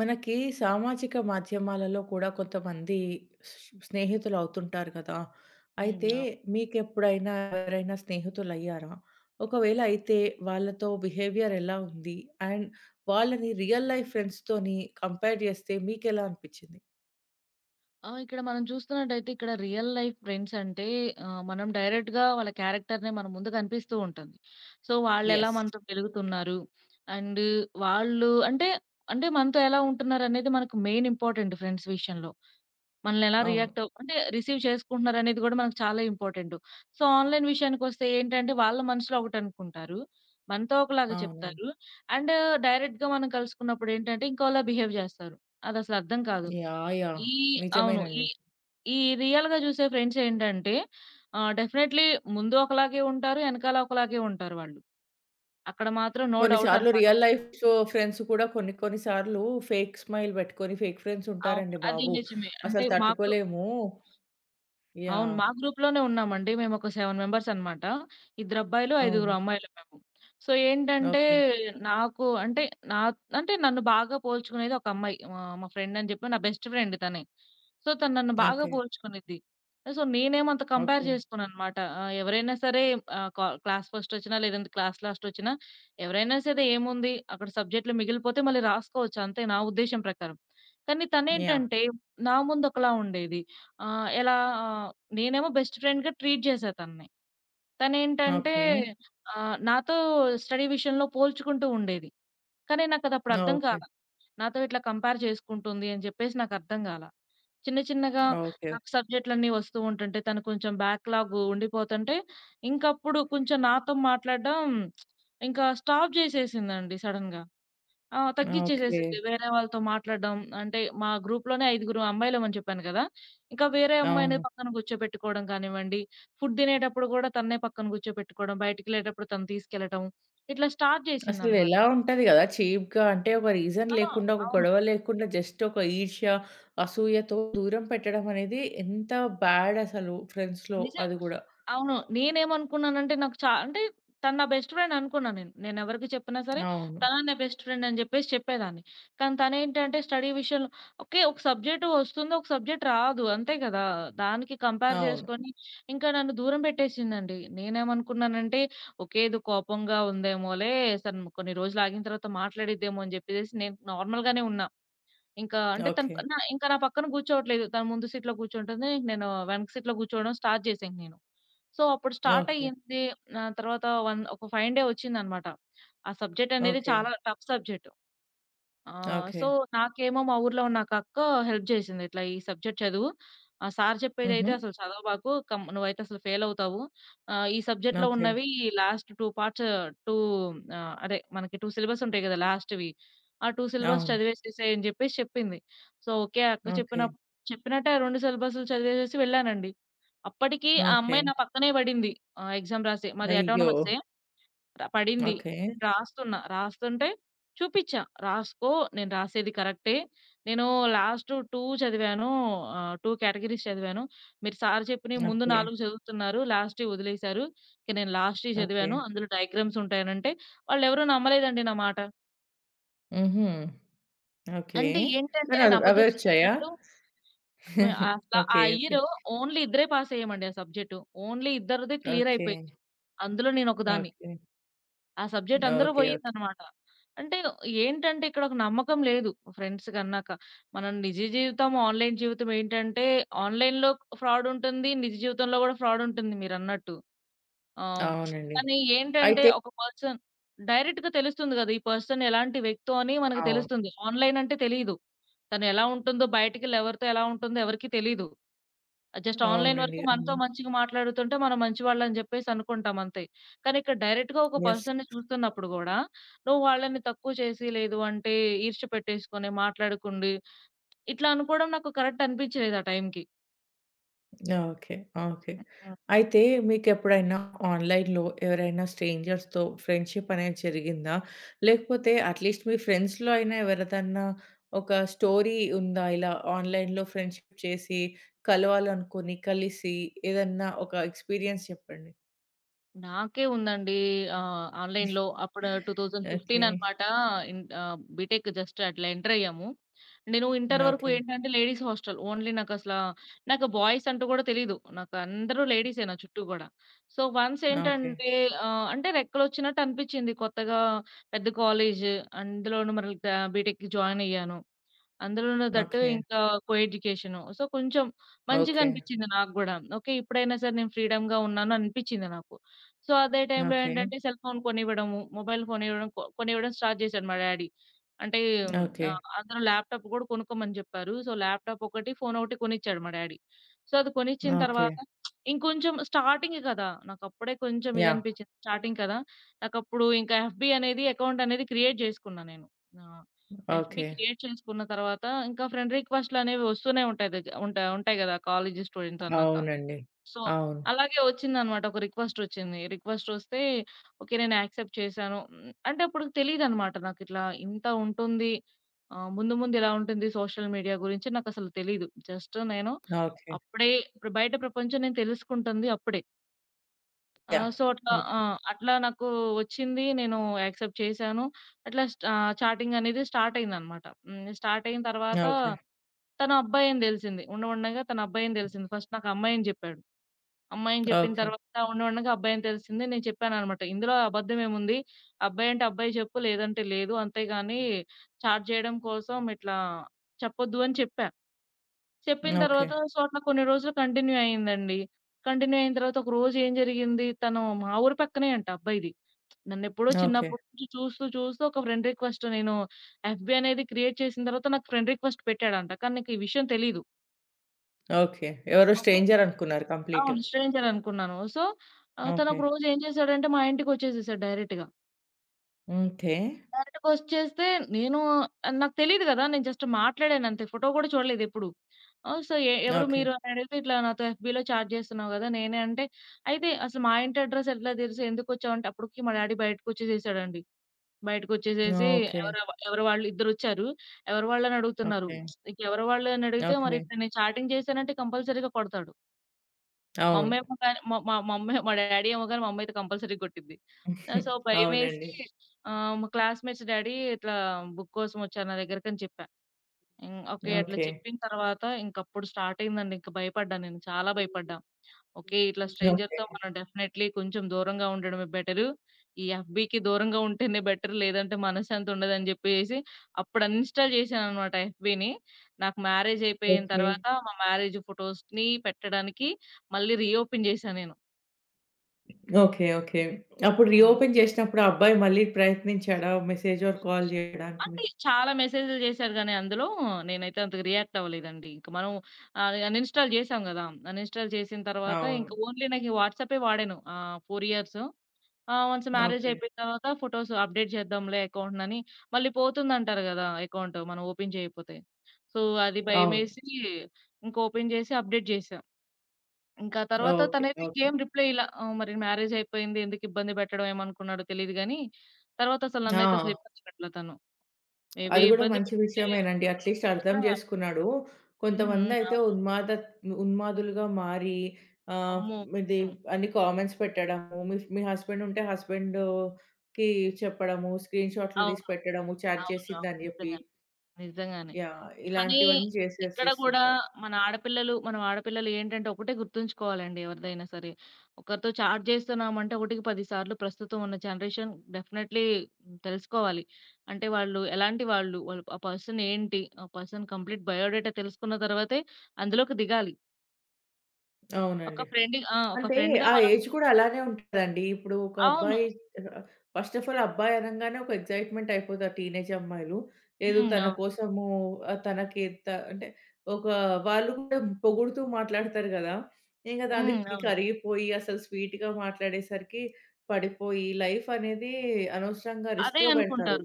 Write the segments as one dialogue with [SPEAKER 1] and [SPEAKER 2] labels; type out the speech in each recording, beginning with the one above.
[SPEAKER 1] మనకి సామాజిక మాధ్యమాలలో కూడా కొంతమంది స్నేహితులు అవుతుంటారు కదా!
[SPEAKER 2] హ్మ్.
[SPEAKER 1] అయితే
[SPEAKER 2] అవ్
[SPEAKER 1] మీకెప్పుడైనా ఎవరైనా స్నేహితులయ్యారా? ఒకవేళ అయితే వాళ్ళతో బిహేవియర్ ఎలా ఉంది? అండ్ వాళ్ళని రియల్ లైఫ్ ఫ్రెండ్స్‌తోని కంపేర్ చేస్తే మీకెలా అనిపిచ్చింది?
[SPEAKER 2] ఆ! ఇక్కడ మనం చూస్తున్నట్టయితే ఇక్కడ రియల్ లైఫ్ ఫ్రెండ్స్ అంటే మనం డైరెక్ట్‌గా వాళ్ళ క్యారెక్టర్‌నే మన ముందు కనిపిస్తూ ఉంటుంది. సో, వాళ్ళెలా
[SPEAKER 1] యెస్.
[SPEAKER 2] మనతో పెరుగుతున్నారు అండ్ వాళ్ళు అంటే, అంటే మనతో ఎలా ఉంటున్నారనేది మనకు మెయిన్ ఇంపార్టెంట్ ఫ్రెండ్స్ విషయంలో. మనల్నెలా
[SPEAKER 1] అవును.
[SPEAKER 2] రియాక్ట్ అవ్ అంటే రిసీవ్ చేసుకుంటున్నారనేది గూడా మనకు చాలా ఇంపార్టెంటు. సో, ఆన్‌లైన్ విషయానికొస్తే ఏంటంటే వాళ్ళ మనసులో ఒకటనుకుంటారు. మనతో ఒకలాగా
[SPEAKER 1] అవునండి.
[SPEAKER 2] చెప్తారు. అండ్ డైరెక్ట్‌గా మనం కలుసుకున్నప్పుడు ఏంటంటే ఇంకోలా బిహేవ్ జేస్తారు. అదసలు అర్థం కాదు.
[SPEAKER 1] యాహ్! యాహ్!
[SPEAKER 2] ఈ అవును. ఈ
[SPEAKER 1] నిజమేనండి.
[SPEAKER 2] ఈ రియల్‌గా జూసే ఫ్రెండ్స్ ఏంటంటే డెఫినైట్‌లీ ముందు ఒకలాగే ఉంటారు. ఎనకాల ఒకలాగే ఉంటారు వాళ్ళు. అక్కడ మాత్రం నో
[SPEAKER 1] కొన్ని
[SPEAKER 2] డౌట్
[SPEAKER 1] సార్లు
[SPEAKER 2] అనమాట.
[SPEAKER 1] రియల్ లైఫ్ ఫ్రెండ్స్ కూడా కొన్ని కొన్ని సార్లు ఫేక్ స్మైల్ పెట్టుకొని ఫేక్ ఫ్రెండ్స్
[SPEAKER 2] అవును.
[SPEAKER 1] ఉంటారండి
[SPEAKER 2] అది
[SPEAKER 1] బాబు.
[SPEAKER 2] నిజమే. అంటే
[SPEAKER 1] అసలు
[SPEAKER 2] మాకు
[SPEAKER 1] తట్టుకోలేము.
[SPEAKER 2] అవును.
[SPEAKER 1] యాహ్!
[SPEAKER 2] మా గ్రూప్‌లోనే ఉన్నామండి. మేమొక 7 మెంబర్స్ అన్నమాట. ఇద్దరబ్బాయిలు, ఐదుగురు
[SPEAKER 1] అవును.
[SPEAKER 2] అమ్మాయిలు మేము. సో, ఏంటంటే
[SPEAKER 1] ఓకే.
[SPEAKER 2] నాకు అంటే నా అంటే నన్ను బాగా పోల్చుకునేది ఒక అమ్మాయి. మా ఫ్రెండ్ అని చెప్పి నా బెస్ట్ ఫ్రెండ్ తనే. సో, తను నన్ను బాగా
[SPEAKER 1] ఓకే.
[SPEAKER 2] పోల్చుకునిద్ది. సో, నేనేమంత కంపేర్
[SPEAKER 1] ఓకే.
[SPEAKER 2] చేసుకోనన్నమాట. ఎవరైనా సరే ఆహ్, కా క్లాస్ ఫస్టొచ్చినా, లేదంటే క్లాస్ లాస్టొచ్చినా ఎవరైనా సరే ఏముంది అక్కడ సబ్జెక్ట్‌లు మిగిలిపోతే మళ్ళీ రాసుకోవచ్చు అంతే నా ఉద్దేశ్యం ప్రకారం. కానీ
[SPEAKER 1] యాహ్!
[SPEAKER 2] తనేంటంటే నా ముందొకలా ఉండేది. ఆ! ఎలా ఆహ్, నేనేమో బెస్ట్ ఫ్రెండ్‌గా ట్రీట్ చేశా తనని. తనేంటంటే
[SPEAKER 1] ఓకే.
[SPEAKER 2] నాతో స్టడీ విషయంలో పోల్చుకుంటూ ఉండేది. కానీ నాకదప్పుడు అర్థం
[SPEAKER 1] ఓకే.
[SPEAKER 2] కాల. నాతో ఇట్లా కంపేర్ చేసుకుంటుంది అని చెప్పేసి నాకర్థం గాల. చిన్న చిన్నగా
[SPEAKER 1] ఓకే.
[SPEAKER 2] నాకు సబ్జెక్ట్‌లన్నీ వస్తూ ఉంటుంటే తను కొంచెం బ్యాక్‌లాగ్ ఉండిపోతుంటే ఇంకప్పుడు కొంచెం నాతో మాట్లాడడం ఇంకా స్టాప్ చేసేసిందండి సడెన్‌గా. ఆ!
[SPEAKER 1] ఓకే.
[SPEAKER 2] తగ్గిచ్చేసేసింది. వేరే వాళ్ళతో మాట్లాడడం. అంటే మా గ్రూప్‌లోనే ఐదుగురు అమ్మాయిలమని చెప్పాను కదా! ఇంకా వేరే అమ్మాయిని
[SPEAKER 1] అవును.
[SPEAKER 2] పక్కన కూర్చోపెట్టుకోవడం కానివ్వండి, ఫుడ్ తినేటప్పుడు కూడా తన్నే పక్కన కూర్చోపెట్టుకోవడం, బయటికెళ్ళేటప్పుడు తను తీసుకెళ్ళటం. ఇట్లా స్టార్ట్
[SPEAKER 1] అసలు
[SPEAKER 2] చేసిందనమాట.
[SPEAKER 1] ఎలా ఉంటది గదా! చీప్‌గా అంటే ఒక రీజన్
[SPEAKER 2] ఆ!
[SPEAKER 1] లేకుండా, ఒక
[SPEAKER 2] అవును.
[SPEAKER 1] గొడవ లేకుండా జస్ట్ ఒక ఈర్ష్య, అసూయతో దూరం పెట్టడం అనేది ఎంత బ్యాడ్ అసలు ఫ్రెండ్స్‌లో
[SPEAKER 2] నిజ
[SPEAKER 1] అది గూడా.
[SPEAKER 2] అవును. నేనేమనుకున్నానంటే నాకు చా అంటే తను నా బెస్ట్ ఫ్రెండ్ అనుకున్నా నేను. నేనెవరికి చెప్పినా సరే
[SPEAKER 1] అవును.
[SPEAKER 2] తను నా బెస్ట్ ఫ్రెండ్ అని జెప్పేసి చెప్పేదాన్ని. కానీ తనేంటంటే స్టడీ విషయంలో ఓకే. ఒక సబ్జెక్ట్ వస్తుంది. ఒక సబ్జెక్ట్ రాదు. అంతే కదా! దానికి కంపేర్
[SPEAKER 1] అవును.
[SPEAKER 2] చేసుకొని ఇంకా నన్ను దూరం పెట్టేసిందండి. నేనేమనుకున్నానంటే ఓకే. ఏదో కోపంగా ఉందేమోలే! తను కొన్ని రోజులు ఆగిన తర్వాత మాట్లాడిద్దేమో అని జెప్పేసేసి నేను నార్మల్‌గానే ఉన్నా. ఇంకా అంటే తను
[SPEAKER 1] ఓకే.
[SPEAKER 2] నా ఇంకా నా పక్కన కూర్చోవట్లేదు. తను ముందు సీట్‌లో కూర్చుంటుంది. నేను వెనక సీట్‌లో కూర్చోవడం స్టార్ట్ చేశాను నేను. సో, అప్పుడు స్టార్ట్
[SPEAKER 1] ఓకే.
[SPEAKER 2] అయ్యింది. ఆ తర్వాత ఒక ఫైన్ డే వచ్చిందనమాట. ఆ సబ్జెక్ట్ అనేది
[SPEAKER 1] ఓకే.
[SPEAKER 2] చాలా టఫ్ సబ్జెక్ట్. ఆ!
[SPEAKER 1] ఓకే.
[SPEAKER 2] సో, నాకేమో మా ఊర్లో ఉన్న ఒక అక్క హెల్ప్ జేసింది. ఇట్లా "ఈ సబ్జెక్ట్ చదువు. ఆ సార్
[SPEAKER 1] హుహు.
[SPEAKER 2] చెప్పేదైతే అసలు చదవబాకు. కం నువ్వైతే అసలు ఫెయిలవుతావు. ఈ సబ్జెక్ట్‌లో
[SPEAKER 1] ఓకే.
[SPEAKER 2] ఉన్నవి లాస్ట్ 2 పార్ట్స్ 2 ఆహ్, అదే మనకి 2 సిలబస్ ఉంటాయి గదా! లాస్ట్‌వి. ఆ 2 సిలబస్
[SPEAKER 1] అవును.
[SPEAKER 2] చదివేసేసేయి" అని జెప్పేసి చెప్పింది. So, okay. అక్క
[SPEAKER 1] ఓకే.
[SPEAKER 2] చెప్పినట్టే ఆ 2 సిలబస్‌లు చదివేసేసి వెళ్ళానండి. అప్పటికి ఆ
[SPEAKER 1] ఓకే.
[SPEAKER 2] అమ్మాయి నా పక్కనే బడింది. ఎగ్జామ్ రాసి. మాది
[SPEAKER 1] అయ్యో!
[SPEAKER 2] అటానమస్సే. ర పడింది.
[SPEAKER 1] ఓకే.
[SPEAKER 2] నేను రాస్తున్నా. రాస్తుంటే చూపిచ్చా. రాసుకో నేను రాసేది కరెక్టే. నేను లాస్ట్ 2 చదివాను. 2 కేటగరీస్ చదివాను. మీరు సార్ చెప్పినయి ముందు
[SPEAKER 1] ఓకే.
[SPEAKER 2] 4 చదువుతున్నారు. లాస్ట్‌యి వదిలేశారు. ఇక నేను లాస్ట్‌యి
[SPEAKER 1] ఓకే.
[SPEAKER 2] చదివాను. అందులో డయాగ్రామ్స్ ఉంటాయనంటే వాళ్ళెవరూ నమ్మలేదండి నా మాట.
[SPEAKER 1] హుహు. ఓకే.
[SPEAKER 2] అంటే ఏంటంటే
[SPEAKER 1] కానీ
[SPEAKER 2] నేను
[SPEAKER 1] అవి అవే
[SPEAKER 2] అబద్ధం
[SPEAKER 1] వచ్చాయా?
[SPEAKER 2] చెప్తున్నట్టు అసల ఆ
[SPEAKER 1] ఓకే. ఓకే.
[SPEAKER 2] ఇయర్ ఓన్లీ ఇద్దరే పాసయ్యామండి ఆ సబ్జెక్టు. ఓన్లీ ఇద్దరిది క్లియర్
[SPEAKER 1] ఓకే.
[SPEAKER 2] అయిపోయింది. అందులో నేనొకదాన్ని.
[SPEAKER 1] ఓకే.
[SPEAKER 2] ఆ సబ్జెక్ట్
[SPEAKER 1] ఓకే.
[SPEAKER 2] అందరూ
[SPEAKER 1] ఓకే.
[SPEAKER 2] పోయిందనమాట. అంటే ఏంటంటే ఇక్కడ ఒక నమ్మకం లేదు ఫ్రెండ్స్ కన్నాక. మనం నిజ జీవితం, ఆన్‌లైన్ జీవితం ఏంటంటే ఆన్‌లైన్‌లో ఫ్రాడ్ ఉంటుంది. నిజ జీవితంలో కూడా ఫ్రాడ్ ఉంటుంది మీరన్నట్టు. ఆహ్,
[SPEAKER 1] అవునండి.
[SPEAKER 2] కానీ ఏంటంటే
[SPEAKER 1] అయితే
[SPEAKER 2] ఒక పర్సన్ డైరెక్ట్‌గా తెలుస్తుంది కదా! ఈ పర్సన్ ఎలాంటి వ్యక్తో అని మనకు
[SPEAKER 1] అవును.
[SPEAKER 2] తెలుస్తుంది. ఆన్‌లైన్ అంటే తెలీదు. తను ఎలా ఉంటుందో బయటికెళ్ళి ఎవరితో ఎలా ఉంటుందో ఎవరికీ తెలీదు. జస్ట్ ఆన్‌లైన్
[SPEAKER 1] అవునండి.
[SPEAKER 2] వరకు మనతో
[SPEAKER 1] అవును.
[SPEAKER 2] మంచిగా మాట్లాడుతుంటే మనం మంచివాళ్ళని జెప్పేసి అనుకుంటాం అంతే. కానీ ఇక్కడ డైరెక్ట్‌గా ఒక
[SPEAKER 1] యెస్.
[SPEAKER 2] పర్సన్‌ని చూస్తున్నప్పుడు గూడా నువ్వు వాళ్ళని తక్కువ చేసి, లేదు అంటే ఈర్ష్య పెట్టేసుకొని, మాట్లాడకుండి ఇట్లా అనుకోవడం నాకు కరెక్ట్ అనిపించలేదు ఆ టైంకి.
[SPEAKER 1] ఓకే. ఓకే. అయితే మీకెప్పుడైనా ఆన్‌లైన్‌లో ఎవరైనా స్ట్రేంజర్స్‌తో ఫ్రెండ్‌షిప్ అనేది జరిగిందా? లేకపోతే అట్‌లీస్ట్ మీ ఫ్రెండ్స్‌లో అయినా ఎవరిదన్నా ఒక స్టోరీ ఉందా? ఇలా ఆన్‌లైన్‌లో ఫ్రెండ్‌షిప్ చేసి, కలవాలనుకుని, కలిసి ఏదన్నా ఒక ఎక్స్‌పీరియన్స్ చెప్పండి?
[SPEAKER 2] నాకే ఉందండి. ఆన్‌లైన్‌లో అప్పుడు 2015
[SPEAKER 1] ఓకే.
[SPEAKER 2] అనమాట. బీటెక్ జస్ట్ అట్లా ఎంటర్ అయ్యాము. నేను ఇంటర్ వరకు
[SPEAKER 1] ఓకే.
[SPEAKER 2] ఏంటంటే లేడీస్ హాస్టల్. ఓన్లీ నాకసల నాకు బాయ్స్ అంటూ గూడా తెలీదు. నాకు అందరూ లేడీసే నా చుట్టూ గూడా. So, once
[SPEAKER 1] okay.
[SPEAKER 2] ఏంటంటే అంటే రెక్కలొచ్చినట్టు అనిపిచ్చింది. కొత్తగా పెద్ద కాలేజ్ అందులోను మరి ద బీటెక్‌కి జాయిన్ అయ్యాను. అందులోనూ దట్టు
[SPEAKER 1] ఓకే.
[SPEAKER 2] ఇంకా కో ఎడ్యుకేషను. సో, కొంచెం మంచిగా
[SPEAKER 1] ఓకే.
[SPEAKER 2] అనిపిచ్చింది నాకు గూడా. ఓకే. ఇప్పుడైనా సరే నేను ఫ్రీడమ్‌గా ఉన్నాను అనిపిచ్చింది నాకు. సో, అదే టైంలో
[SPEAKER 1] ఓకే.
[SPEAKER 2] ఏంటంటే సెల్ ఫోన్ కొనివ్వడము, మొబైల్ కొనివ్వడం స్టార్ట్ చేశాడు మా డ్యాడీ. అంటే
[SPEAKER 1] ఓకే.
[SPEAKER 2] అందులో ల్యాప్‌టాప్ గూడా కొనుక్కోమని చెప్పారు. సో, ల్యాప్‌టాప్ ఒకటి, ఫోన్ ఒకటి కొనిచ్చాడు మా డ్యాడీ. సో, అది కొనిచ్చిన
[SPEAKER 1] ఓకే.
[SPEAKER 2] తర్వాత ఇంకొంచెం స్టార్టింగే కదా! నాకప్పుడే కొంచెం
[SPEAKER 1] యాహ్!
[SPEAKER 2] ఇదనిపిచ్చింది. స్టార్టింగ్ కదా! నాకప్పుడు ఇంకా ఎఫ్‌బీ అనేది అకౌంట్ అనేది క్రియేట్ జేసుకున్నా నేను. ఆ! FB
[SPEAKER 1] okay.
[SPEAKER 2] క్రియేట్ చేసుకున్న తర్వాత, ఇంకా ఫ్రెండ్ రిక్వెస్ట్‌లనేవి వస్తూనే ఉంటాయి. దగ్ ఉంటా ఉంటాయి గదా! కాలేజీ స్టూడెంట్ అన్నాక.
[SPEAKER 1] అవునండి.
[SPEAKER 2] సో,
[SPEAKER 1] అవును.
[SPEAKER 2] అలాగే వచ్చిందనమాట. ఒక రిక్వెస్టొచ్చింది. రిక్వెస్టొస్తే ఓకే. నేను యాక్సెప్ట్ చేశాను. హ్మ్. అంటే అప్పుడు తెలీదనమాట నాకిట్లా ఇంత ఉంటుంది. ముందు ముందు ఇలా ఉంటుంది సోషల్ మీడియా గురించి నాకసలు తెలీదు. జస్ట్ నేను
[SPEAKER 1] ఓకే.
[SPEAKER 2] అప్పుడే ఇప్పుడు బయట ప్రపంచం నేను తెలుసుకుంటుంది అప్పుడే. ఆ!
[SPEAKER 1] యాహ్!
[SPEAKER 2] సో, అట్లా ఆ!
[SPEAKER 1] ఓకే.
[SPEAKER 2] అట్లా నాకు వచ్చింది. నేను యాక్సెప్ట్ చేశాను. అట్లా స్టా చాటింగ్ అనేది స్టార్ట్ అయిందనమాట. హ్మ్. స్టార్ట్ అయిన తర్వాత
[SPEAKER 1] ఓకే.
[SPEAKER 2] తను అబ్బాయని తెలిసింది. ఉండంగా తను అబ్బాయని తెలిసింది. ఫస్ట్ నాకు అమ్మాయని చెప్పాడు. అమ్మాయని చెప్పిన
[SPEAKER 1] ఓకే.
[SPEAKER 2] తర్వాత ఉండంగా అబ్బాయని తెలిసింది. నేను చెప్పాననమాట. ఇందులో అబద్ధం ఏముంది? అబ్బాయి అంటే అబ్బాయి చెప్పు. లేదంటే లేదు. అంతేగాని చాట్ చేయడం కోసం ఇట్లా చెప్పొద్దు అని చెప్పా. చెప్పిన
[SPEAKER 1] ఓకే.
[SPEAKER 2] తర్వాత సో, అట్లా కొన్ని రోజులు కంటిన్యూ అయిందండి. కంటిన్యూ అయిన తర్వాత ఒక రోజు ఏం జరిగింది, తను మా ఊరు పక్కనే అంట అబ్బాయిది. నన్నెప్పుడో
[SPEAKER 1] ఓకే.
[SPEAKER 2] చిన్నప్పటి నుంచి చూస్తూ, చూస్తూ ఒక ఫ్రెండ్ రిక్వెస్ట్ నేను ఎఫ్‌బీ అనేది క్రియేట్ చేసిన తర్వాత నాకు ఫ్రెండ్ రిక్వెస్ట్ పెట్టాడంట. కానీ నాకు ఈ విషయం తెలీదు.
[SPEAKER 1] ఓకే. ఎవరో
[SPEAKER 2] ఓకే.
[SPEAKER 1] స్ట్రేంజర్ అనుకున్నారు కంప్లీట్.
[SPEAKER 2] అవును. స్ట్రేంజర్ అనుకున్నాను. సో, తను
[SPEAKER 1] ఓకే.
[SPEAKER 2] ఒక రోజు ఏం చేశాడంటే మా ఇంటికొచ్చేసేసాడు డైరెక్ట్‌గా.
[SPEAKER 1] ఓకే.
[SPEAKER 2] డైరెక్ట్‌గా వచ్చేస్తే నేను నాకు తెలీదు గదా! నేను జస్ట్ మాట్లాడానంతే. ఫోటో కూడా చూడలేదెప్పుడు. ఆహ్, సో, ఎ ఎవరు
[SPEAKER 1] ఓకే.
[SPEAKER 2] మీరు అని అడిగితే, "ఇట్లా నాతో ఎఫ్‌బీలో చాట్ చేస్తున్నావు గదా!" నేనే అంటే, "అయితే అసలు మా ఇంటి అడ్రెస్ ఎట్లా తెలుసు? ఎందుకొచ్చావంటే" అప్పటికి మా డ్యాడీ బయటకొచ్చేసేసాడండి. బయటకొచ్చేసేసి
[SPEAKER 1] ఓకే.
[SPEAKER 2] ఎవరు వాళ్ళు ఇద్దరొచ్చారు. ఎవరు వాళ్ళని అడుగుతున్నారు.
[SPEAKER 1] ఓకే.
[SPEAKER 2] ఎవరు వాళ్ళు అని అడిగితే, మరి
[SPEAKER 1] ఓకే.
[SPEAKER 2] ఇట్లా నేను చాటింగ్ చేశానంటే కంపల్సరీగా కొడతాడు.
[SPEAKER 1] అవును.
[SPEAKER 2] మా డ్యాడీ ఏమో గాని మా అమ్మయితే కంపల్సరీ కొట్టిద్ది. సో, భయమేసి
[SPEAKER 1] అవునండి.
[SPEAKER 2] మా క్లాస్‌మేట్స్ డ్యాడీ ఇట్లా బుక్ కోసం వచ్చారు నా దగ్గరకని చెప్పా. హ్మ్. ఓకే. అట్లా
[SPEAKER 1] ఓకే.
[SPEAKER 2] చెప్పిన తర్వాత ఇంకప్పుడు స్టార్ట్ అయిందండి. ఇంక భయపడ్డా నేను. చాలా భయపడ్డా. ఓకే. ఇట్లా స్ట్రేంజర్‌తో
[SPEAKER 1] ఓకే.
[SPEAKER 2] మనం డెఫినైట్‌లీ కొంచెం దూరంగా ఉండడమే బెటరు. ఈ ఎఫ్‌బీకి దూరంగా ఉంటేనే బెటర్. లేదంటే మనశ్శాంతి ఉండదని జెప్పేసేసి అప్పుడు అన్‌ఇన్‌స్టాల్ జేశాననమాట ఎఫ్‌బీని. నాకు మ్యారేజ్ అయిపోయిన
[SPEAKER 1] ఓకే.
[SPEAKER 2] తర్వాత మా మ్యారేజ్ ఫోటోస్‌ని పెట్టడానికి మళ్ళీ రీఓపెన్ జేశా నేను.
[SPEAKER 1] ఓకే. ఓకే. అప్పుడు
[SPEAKER 2] హ్మ్.
[SPEAKER 1] రీఓపెన్ చేసినప్పుడు ఆ అబ్బాయి మళ్ళీ ప్రయత్నించాడా? మెసేజ్ ఆర్ కాల్ జేయడానికి
[SPEAKER 2] అంటే
[SPEAKER 1] మీకు?
[SPEAKER 2] చాలా మెసేజ్‌లు జేశారు గానీ అందులో నేనైతే అంతగా రియాక్ట్ అవ్వలేదండి. ఇంక మనం అన్‌ఇన్‌స్టాల్ జేశాం గదా! అన్‌ఇన్‌స్టాల్ చేసిన తర్వాత
[SPEAKER 1] అవును.
[SPEAKER 2] ఇంక ఓన్లీ నాకు వాట్సాపే వాడాను. 4 ఇయర్స్. ఆ! Once marriage
[SPEAKER 1] okay.
[SPEAKER 2] అయిపోయిన తర్వాత ఫోటోస్ అప్‌డేట్ చేద్దాంలే అకౌంట్‌నని, మళ్ళీ పోతుందంటారు గదా! అకౌంట్ మనం ఓపెన్ చేయకపోతే. సో, అది
[SPEAKER 1] అవును.
[SPEAKER 2] భయమేసి ఇంక ఓపెన్ చేసి అప్‌డేట్ చేశా. ఇంకా తర్వాత
[SPEAKER 1] ఓకే.
[SPEAKER 2] తనైతే
[SPEAKER 1] ఓకే.
[SPEAKER 2] ఇంకేం రిప్లై ఇలా మరి మ్యారేజ్ అయిపోయింది ఎందుకు ఇబ్బంది పెట్టడం ఏమనుకున్నాడో తెలీదు గానీ, తర్వాత అసలు నన్నైతే అసలు
[SPEAKER 1] ఆ!
[SPEAKER 2] ఇబ్బంది పెట్టలే తను. మేబీ
[SPEAKER 1] అది గూడా
[SPEAKER 2] ఇబ్బంది
[SPEAKER 1] మంచి
[SPEAKER 2] పెట్టుంటే
[SPEAKER 1] విషయమేనండి. అట్‌లీస్ట్ అర్థం
[SPEAKER 2] నిజంగా.
[SPEAKER 1] జేసుకున్నాడు.
[SPEAKER 2] హ్మ్. హ్మ్.
[SPEAKER 1] కొంతమందయితే
[SPEAKER 2] అవును.
[SPEAKER 1] ఉన్మాదులుగా మారి ఆహ్,
[SPEAKER 2] అమ్మో!
[SPEAKER 1] ఇది
[SPEAKER 2] హ్మ్.
[SPEAKER 1] అన్ని కామెంట్స్ పెట్టడము, మీ మీ హస్బెండ్ ఉంటే హస్బెండ్‌కి చెప్పడము, స్క్రీన్‌షాట్లు
[SPEAKER 2] అవును.
[SPEAKER 1] తీసి పెట్టడము, చాట్
[SPEAKER 2] అవును.
[SPEAKER 1] చేసిందని జెప్పి.
[SPEAKER 2] నిజంగానే. నిజంగానే.
[SPEAKER 1] యాహ్!
[SPEAKER 2] కానీ
[SPEAKER 1] ఇలాంటివన్నీ
[SPEAKER 2] ఇక్కడ గూడా
[SPEAKER 1] చేసేసిస్తుంటారు.
[SPEAKER 2] మన ఆడపిల్లలు మనం ఆడపిల్లలు ఏంటంటే ఒకటే గుర్తుంచుకోవాలండి ఎవరిదైనా సరే. ఒకరితో చాట్ చేస్తున్నామంటే ఒకటికి 10 సార్లు ప్రస్తుతం ఉన్న జనరేషన్ డెఫినైట్‌లీ తెలుసుకోవాలి. అంటే వాళ్ళు ఎలాంటి వాళ్ళు, వాళ్ళు ఆ పర్సన్ ఏంటి, ఆ పర్సన్ కంప్లీట్ బయోడేటా తెలుసుకున్న తర్వాతే అందులోకి దిగాలి. ఒక
[SPEAKER 1] అవునండి.
[SPEAKER 2] ఫ్రెండ్ ఆ! ఒక
[SPEAKER 1] అంటే
[SPEAKER 2] ఫ్రెండ్‌గా
[SPEAKER 1] ఆ
[SPEAKER 2] మనం
[SPEAKER 1] ఏజ్ కూడా అలానే ఉంటదండి. ఇప్పుడు ఒక
[SPEAKER 2] అవును.
[SPEAKER 1] అబ్బాయి ఆహ్, ఫస్ట్ ఆఫ్ ఆల్ అబ్బాయి అనంగానే ఒక ఎక్సైట్‌మెంట్ అయిపోతారు టీనేజ్ అమ్మాయిలు. ఏదో తన
[SPEAKER 2] అవును.
[SPEAKER 1] కోసము ఆహ్, తనకి త అంటే ఒక వాళ్ళు కూడా పొగుడుతూ మాట్లాడతారు గదా! ఇంక దానికి
[SPEAKER 2] అవును.
[SPEAKER 1] కరిగిపోయి అసలు స్వీట్‌గా మాట్లాడేసరికి పడిపోయి లైఫ్ అనేది అనవసరంగా
[SPEAKER 2] అదే
[SPEAKER 1] రిస్క్‌లో పెడతారు.
[SPEAKER 2] అనుకుంటారు.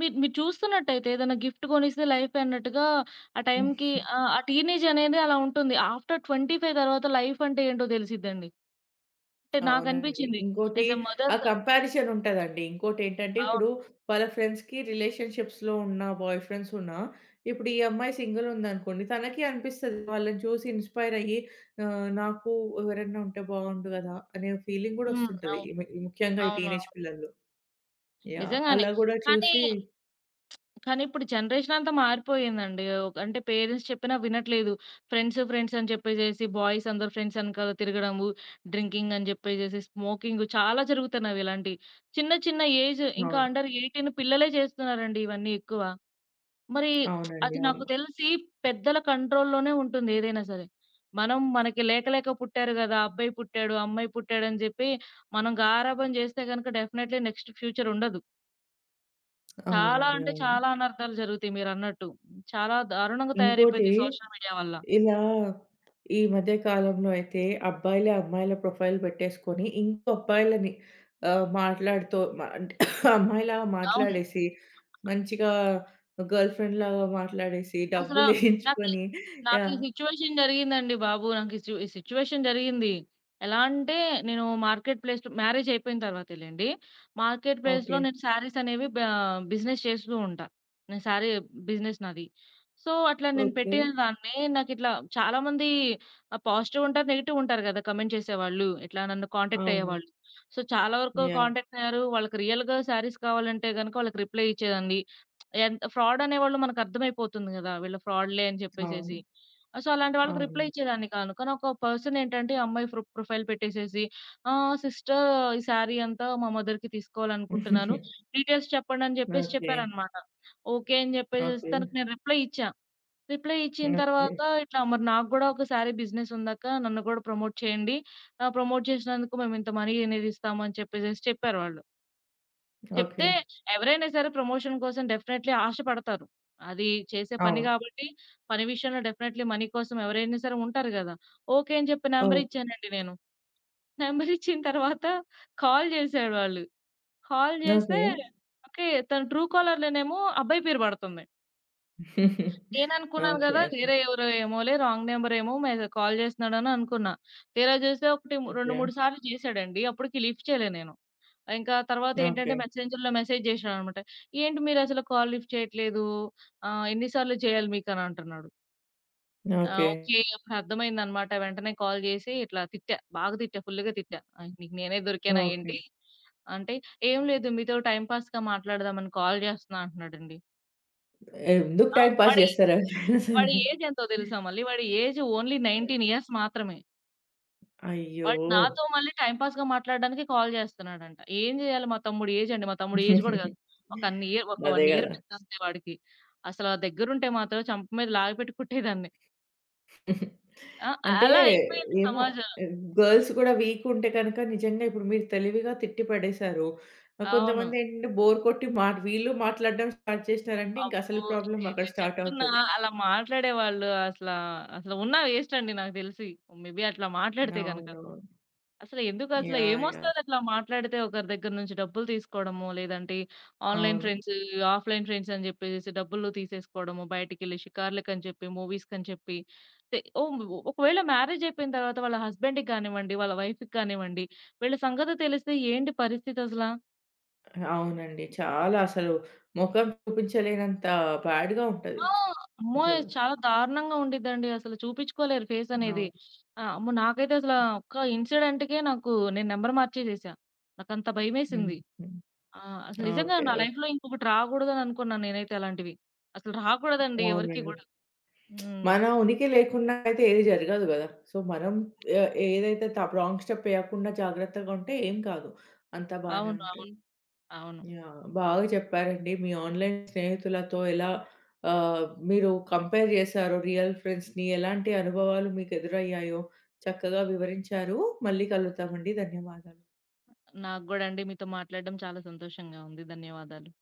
[SPEAKER 2] మీరు మీరు చూస్తున్నట్టయితే ఏదైనా గిఫ్ట్ కొనిస్తే లైఫే అన్నట్టుగా ఆ టైంకి ఆ టీనేజ్ అనేది అలా ఉంటుంది. ఆఫ్టర్ 25 తర్వాత లైఫ్ అంటే ఏంటో తెలిసిద్దండి. అంటే
[SPEAKER 1] అవునండి.
[SPEAKER 2] నాకనిపించింది.
[SPEAKER 1] ఇంకోటి
[SPEAKER 2] యాస్ ఎ
[SPEAKER 1] ఆ
[SPEAKER 2] మదర్‌గా
[SPEAKER 1] కంపారిజన్ ఉంటదండి. ఇంకోటేంటంటే,
[SPEAKER 2] అవును.
[SPEAKER 1] ఇప్పుడు వాళ్ళ ఫ్రెండ్స్‌కి రిలేషన్‌షిప్స్‌లో ఉన్న బాయ్ ఫ్రెండ్స్ ఉన్నా, ఇప్పుడు ఈ అమ్మాయి సింగిల్ ఉందనుకోండి, తనకి అనిపిస్తది వాళ్ళని చూసి ఇన్‌స్పైర్ అయ్యి నాకు ఎవరన్నా ఉంటే బాగుండు గదా! అనే ఫీలింగ్ గూడా వస్తుంటది.
[SPEAKER 2] అవును.
[SPEAKER 1] ఈ ము ముఖ్యంగా ఈ టీనేజ్
[SPEAKER 2] అవును.
[SPEAKER 1] పిల్లల్లో. యాహ్!
[SPEAKER 2] నిజంగానే.
[SPEAKER 1] అలా గూడా
[SPEAKER 2] కానీ,
[SPEAKER 1] చూసి
[SPEAKER 2] కానీ ఇప్పుడు జనరేషన్ అంతా మారిపోయిందండి. ఒక అంటే పేరెంట్స్ చెప్పినా వినట్లేదు. ఫ్రెండ్స్ అని చెప్పేసేసి బాయ్స్ అందరూ ఫ్రెండ్స్ వెనకాల తిరగడము, డ్రింకింగ్ అని చెప్పేసేసి, స్మోకింగ్ చాలా జరుగుతున్నవి ఇలాంటివి. చిన్న చిన్న ఏజ్ ఇంకా
[SPEAKER 1] అవును.
[SPEAKER 2] అండర్ 18 పిల్లలే చేస్తున్నారండి ఇవన్నీ ఎక్కువ. మరి
[SPEAKER 1] అవునండి.
[SPEAKER 2] అది నాకు
[SPEAKER 1] అవును.
[SPEAKER 2] తెలిసి పెద్దల కంట్రోల్‌లోనే ఉంటుంది ఏదైనా సరే. మనం మనకి లేక లేక పుట్టారు గదా! అబ్బాయి పుట్టాడు, అమ్మాయి పుట్టాడని జెప్పి మనం గారాబం జేస్తే గనుక డెఫినైట్‌లీ నెక్స్ట్ ఫ్యూచర్ ఉండదు. చాలా
[SPEAKER 1] అవునండి.
[SPEAKER 2] అంటే
[SPEAKER 1] అవును.
[SPEAKER 2] చాలా అనర్థాలు జరుగుతాయి మీరన్నట్టు. చాలా దారుణంగా
[SPEAKER 1] ఇంకోటి
[SPEAKER 2] తయారైపోయింది సోషల్ మీడియా వల్ల.
[SPEAKER 1] ఇలా ఈ మధ్య కాలంలో అయితే అబ్బాయిలే అమ్మాయిల ప్రొఫైల్ పెట్టేసుకొని ఇంకో అబ్బాయిలని మాట్లాడుతూ అంటే అమ్మాయిలాగా
[SPEAKER 2] అవును.
[SPEAKER 1] మాట్లాడేసి, మంచిగా గర్ల్ ఫ్రెండ్‌లాగా మాట్లాడేసి,
[SPEAKER 2] అసల నాకి
[SPEAKER 1] డబ్బులేయించుకొని
[SPEAKER 2] నాకీ
[SPEAKER 1] యాహ్!
[SPEAKER 2] సిట్యుయేషన్ జరిగిందండి బాబు. నాకు ఈ సి ఈ సిట్యుయేషన్ జరిగింది. ఎలా అంటే నేను మార్కెట్ ప్లేస్ మ్యారేజ్ అయిపోయిన తర్వాతేలెండి. మార్కెట్ ప్లేస్‌లో
[SPEAKER 1] ఓకే.
[SPEAKER 2] నేను శారీస్ అనేవి బా బిజినెస్ చేస్తూ ఉంటా. నేను శారీ బిజినెస్ నాది. సో, అట్లా నేను
[SPEAKER 1] ఓకే.
[SPEAKER 2] పెట్టిన దాన్ని నాకిట్లా చాలామంది పాజిటివ్ ఉంటారు, నెగెటివ్ ఉంటారు కదా! కమెంట్ చేసేవాళ్ళు. ఇట్లా నన్ను కాంటాక్ట్
[SPEAKER 1] అవును.
[SPEAKER 2] అయ్యేవాళ్ళు. సో, చాలా వరకు
[SPEAKER 1] యాహ్!
[SPEAKER 2] కాంటాక్ట్ అయ్యారు. వాళ్ళకి రియల్‌గా శారీస్ కావాలంటే గనుక వాళ్ళకి రిప్లై ఇచ్చేదాన్ని. ఎంత ఫ్రాడ్ అనేవాళ్ళు మనకర్థమైపోతుంది గదా! వీళ్ళు ఫ్రాడ్‌లే అని చెప్పేసేసి.
[SPEAKER 1] అవును.
[SPEAKER 2] సో, అలాంటి వాళ్ళకి రిప్లై
[SPEAKER 1] అవునండి.
[SPEAKER 2] ఇచ్చేదాన్ని కాను. కానీ ఒక పర్సన్ ఏంటంటే ఆ అమ్మాయి ప్రొ ప్రొఫైల్ పెట్టేసేసి సిస్టర్ ఈ శారీ అంతా మా మదర్‌కి తీసుకోవాలనుకుంటున్నాను. డీటెయిల్స్ చెప్పండి అని చెప్పేసి
[SPEAKER 1] ఓకే.
[SPEAKER 2] చెప్పారనమాట. ఓకే అని చెప్పేసేసి
[SPEAKER 1] ఓకే.
[SPEAKER 2] తనకి నేను రిప్లై ఇచ్చా. రిప్లై ఇచ్చిన
[SPEAKER 1] ఓకే.
[SPEAKER 2] తర్వాత ఇట్లా మరి నాకు గూడా ఒక శారీ బిజినెస్ ఉందక్క. నన్ను గూడా ప్రమోట్ చేయండి. ప్రమోట్ చేసినందుకు మేము ఇంత మనీ అనేది ఇస్తాము అని చెప్పేసేసి చెప్పారు వాళ్ళు. చెప్తే
[SPEAKER 1] ఓకే.
[SPEAKER 2] ఎవరైనా సరే ప్రమోషన్ కోసం డెఫినైట్‌లీ ఆశపడతారు. అది చేసే పని
[SPEAKER 1] అవును.
[SPEAKER 2] గాబట్టి, పని విషయంలో డెఫినైట్‌లీ మనీ కోసం ఎవరైనా సరే ఉంటారు గదా! ఓకే అని చెప్పి నంబర్
[SPEAKER 1] ఓహ్!
[SPEAKER 2] ఇచ్చానండి నేను. నంబర్ ఇచ్చిన తర్వాత కాల్ జేశారు వాళ్ళు. కాల్ జేస్తే
[SPEAKER 1] ఓకే.
[SPEAKER 2] ఓకే. తను ట్రూ కాలర్‌లోనేమో అబ్బాయి పేరు పడుతుంది. నేననుకున్నాను
[SPEAKER 1] ఓకే.
[SPEAKER 2] గదా!
[SPEAKER 1] ఓకే.
[SPEAKER 2] వేరే ఎవరో ఏమోలే రాంగ్ నంబర్ ఏమో కాల్ జేస్తున్నాడని అనుకున్నా. తీరా జూస్తే ఒకటి 2,
[SPEAKER 1] ఓకే.
[SPEAKER 2] 3 సార్లు చేశాడండి. అప్పటికి లిఫ్ట్ చేయలే నేను. ఇంకా తర్వాతేంటంటే
[SPEAKER 1] ఓకే.
[SPEAKER 2] మెసెంజర్‌లో మెసేజ్ జేశాడనమాట. "ఏంటి మీరసలు కాల్ లిఫ్ట్ చేయట్లేదు? ఎన్ని సార్లు చేయాలి మీకని" అంటున్నాడు. ఆ!
[SPEAKER 1] ఓకే.
[SPEAKER 2] ఓకే. అప్పుడు అర్థమైందనమాట. వెంటనే కాల్ జేసి ఇట్లా తిట్టా. బాగా తిట్టా. ఫుల్లుగా తిట్టా. "నీకు నేనే దొరికానా
[SPEAKER 1] ఓకే.
[SPEAKER 2] ఏంటి?" అంటే, "ఏం లేదు మీతో టైమ్ పాస్‌గా మాట్లాడదామని కాల్ జేస్తున్నా" అంటున్నాడండి.
[SPEAKER 1] ఎందుకు
[SPEAKER 2] ఆ!
[SPEAKER 1] టైమ్ పాస్
[SPEAKER 2] వాడి
[SPEAKER 1] చేస్తారు ఎవరైనా సరే.
[SPEAKER 2] వాడి ఏజ్ ఎంతో తెలుసా మళ్ళీ? వాడి ఏజ్ ఓన్లీ 19 ఇయర్స్ మాత్రమే.
[SPEAKER 1] అయ్యో!
[SPEAKER 2] వాడు నాతో మళ్ళీ టైమ్ పాస్‌గా మాట్లాడడానికి కాల్ జేస్తున్నాడంట. ఏం జేయాలి మా తమ్ముడు ఏజండి. మా తమ్ముడు ఏజ్ గూడా గాదు. ఒక అన్ని ఇయర్ ఒక
[SPEAKER 1] అదే
[SPEAKER 2] 1 ఇయర్
[SPEAKER 1] గదా!
[SPEAKER 2] పెద్దంతే వాడికి. అసల దగ్గరుంటే మాత్రం చంప మీద లాగిపెట్టి కుట్టేదాన్ని. ఆ!
[SPEAKER 1] అంటే
[SPEAKER 2] అలా అయిపోయింది
[SPEAKER 1] ఏమో
[SPEAKER 2] సమాజం.
[SPEAKER 1] గర్ల్స్ గూడా వీక్ ఉంటే కనుక నిజంగా ఇప్పుడు మీరు తెలివిగా తిట్టి పడేశారు.
[SPEAKER 2] అవును.
[SPEAKER 1] కొంతమందేంటంటే బోర్ కొట్టి మాట వీళ్ళు మాట్లాడడం స్టార్ట్ చేసినారంటే ఇంక
[SPEAKER 2] అబ్బో!
[SPEAKER 1] అసలు ప్రాబ్లమ్
[SPEAKER 2] నేను
[SPEAKER 1] అక్కడ స్టార్ట్
[SPEAKER 2] చెప్తున్నా
[SPEAKER 1] అవుతది.
[SPEAKER 2] అలా మాట్లాడేవాళ్ళు అసలు ఉన్న వేస్ట్ అండి నాకు దెలిసి. మే బీ అట్లా మాట్లాడితే గనక.
[SPEAKER 1] అవునవును.
[SPEAKER 2] అసలు ఎందుకు అసలు
[SPEAKER 1] యాహ్! యాహ్!
[SPEAKER 2] ఏమొస్తది అట్లా మాట్లాడితే ఒకరి దగ్గర నుంచి డబ్బులు తీసుకోవడము, లేదంటే ఆన్‌లైన్
[SPEAKER 1] అవును.
[SPEAKER 2] ఫ్రెండ్స్, ఆఫ్‌లైన్ ఫ్రెండ్స్ అని చెప్పేసేసి డబ్బులు తీసేసుకోవడము, బయటికెళ్ళి షికార్లకని చెప్పి, మూవీస్‌కని చెప్పి తె ఓ ఒకవేళ మ్యారేజ్ అయిపోయిన తర్వాత వాళ్ళ హస్బెండ్‌కి కానివ్వండి, వాళ్ళ వైఫ్‌కి కానివ్వండి, వీళ్ళ సంగతి తెలిస్తే ఏంటి పరిస్థితి అసలా?
[SPEAKER 1] అవునండి. చాలా అసలు మొఖం చూపించలేనంత బ్యాడ్‌గా ఉంటది
[SPEAKER 2] ఆ! అమ్మోయ్!
[SPEAKER 1] అసలు.
[SPEAKER 2] చాలా దారుణంగా ఉండిద్దండి. అసలు చూపించుకోలేరు ఫేస్ అనేది.
[SPEAKER 1] అవును.
[SPEAKER 2] ఆ! అమ్మో! నాకైతే అసల ఒక్క ఇన్సిడెంట్‌కే నాకు నేను నంబర్ మార్చేసేసా. నాకంత
[SPEAKER 1] హ్మ్.
[SPEAKER 2] భయమేసింది.
[SPEAKER 1] హ్మ్.
[SPEAKER 2] ఆ! అసలు నిజంగా
[SPEAKER 1] ఓకే.
[SPEAKER 2] నా లైఫ్‌లో ఇంకొకటి రాకూడదని అనుకున్నాను నేనైతే అలాంటివి. అసలు రాకూడదండి ఎవరికీ
[SPEAKER 1] అవునండి.
[SPEAKER 2] గూడా. హ్మ్.
[SPEAKER 1] మన ఉనికి లేకుండా అయితే ఏది జరగదు గదా! సో, మనం ఏదైతే రాంగ్ స్టెప్ ఏయకుండా జాగ్రత్తగా ఉంటే ఏం కాదు. అంతా బానే
[SPEAKER 2] అవును.
[SPEAKER 1] ఉంటది.
[SPEAKER 2] అవును.
[SPEAKER 1] యాహ్! బాగా చెప్పారండి. మీ ఆన్‌లైన్ స్నేహితులతో ఎలా ఆహ్, మీరు కంపేర్ చేశారో రియల్ ఫ్రెండ్స్‌ని, ఎలాంటి అనుభవాలు మీకు ఎదురయ్యాయో చక్కగా వివరించారు. మళ్ళీ కలుద్దామండి. ధన్యవాదాలు.
[SPEAKER 2] నాకు గూడా అండి మీతో మాట్లాడడం చాలా సంతోషంగా ఉంది. ధన్యవాదాలు.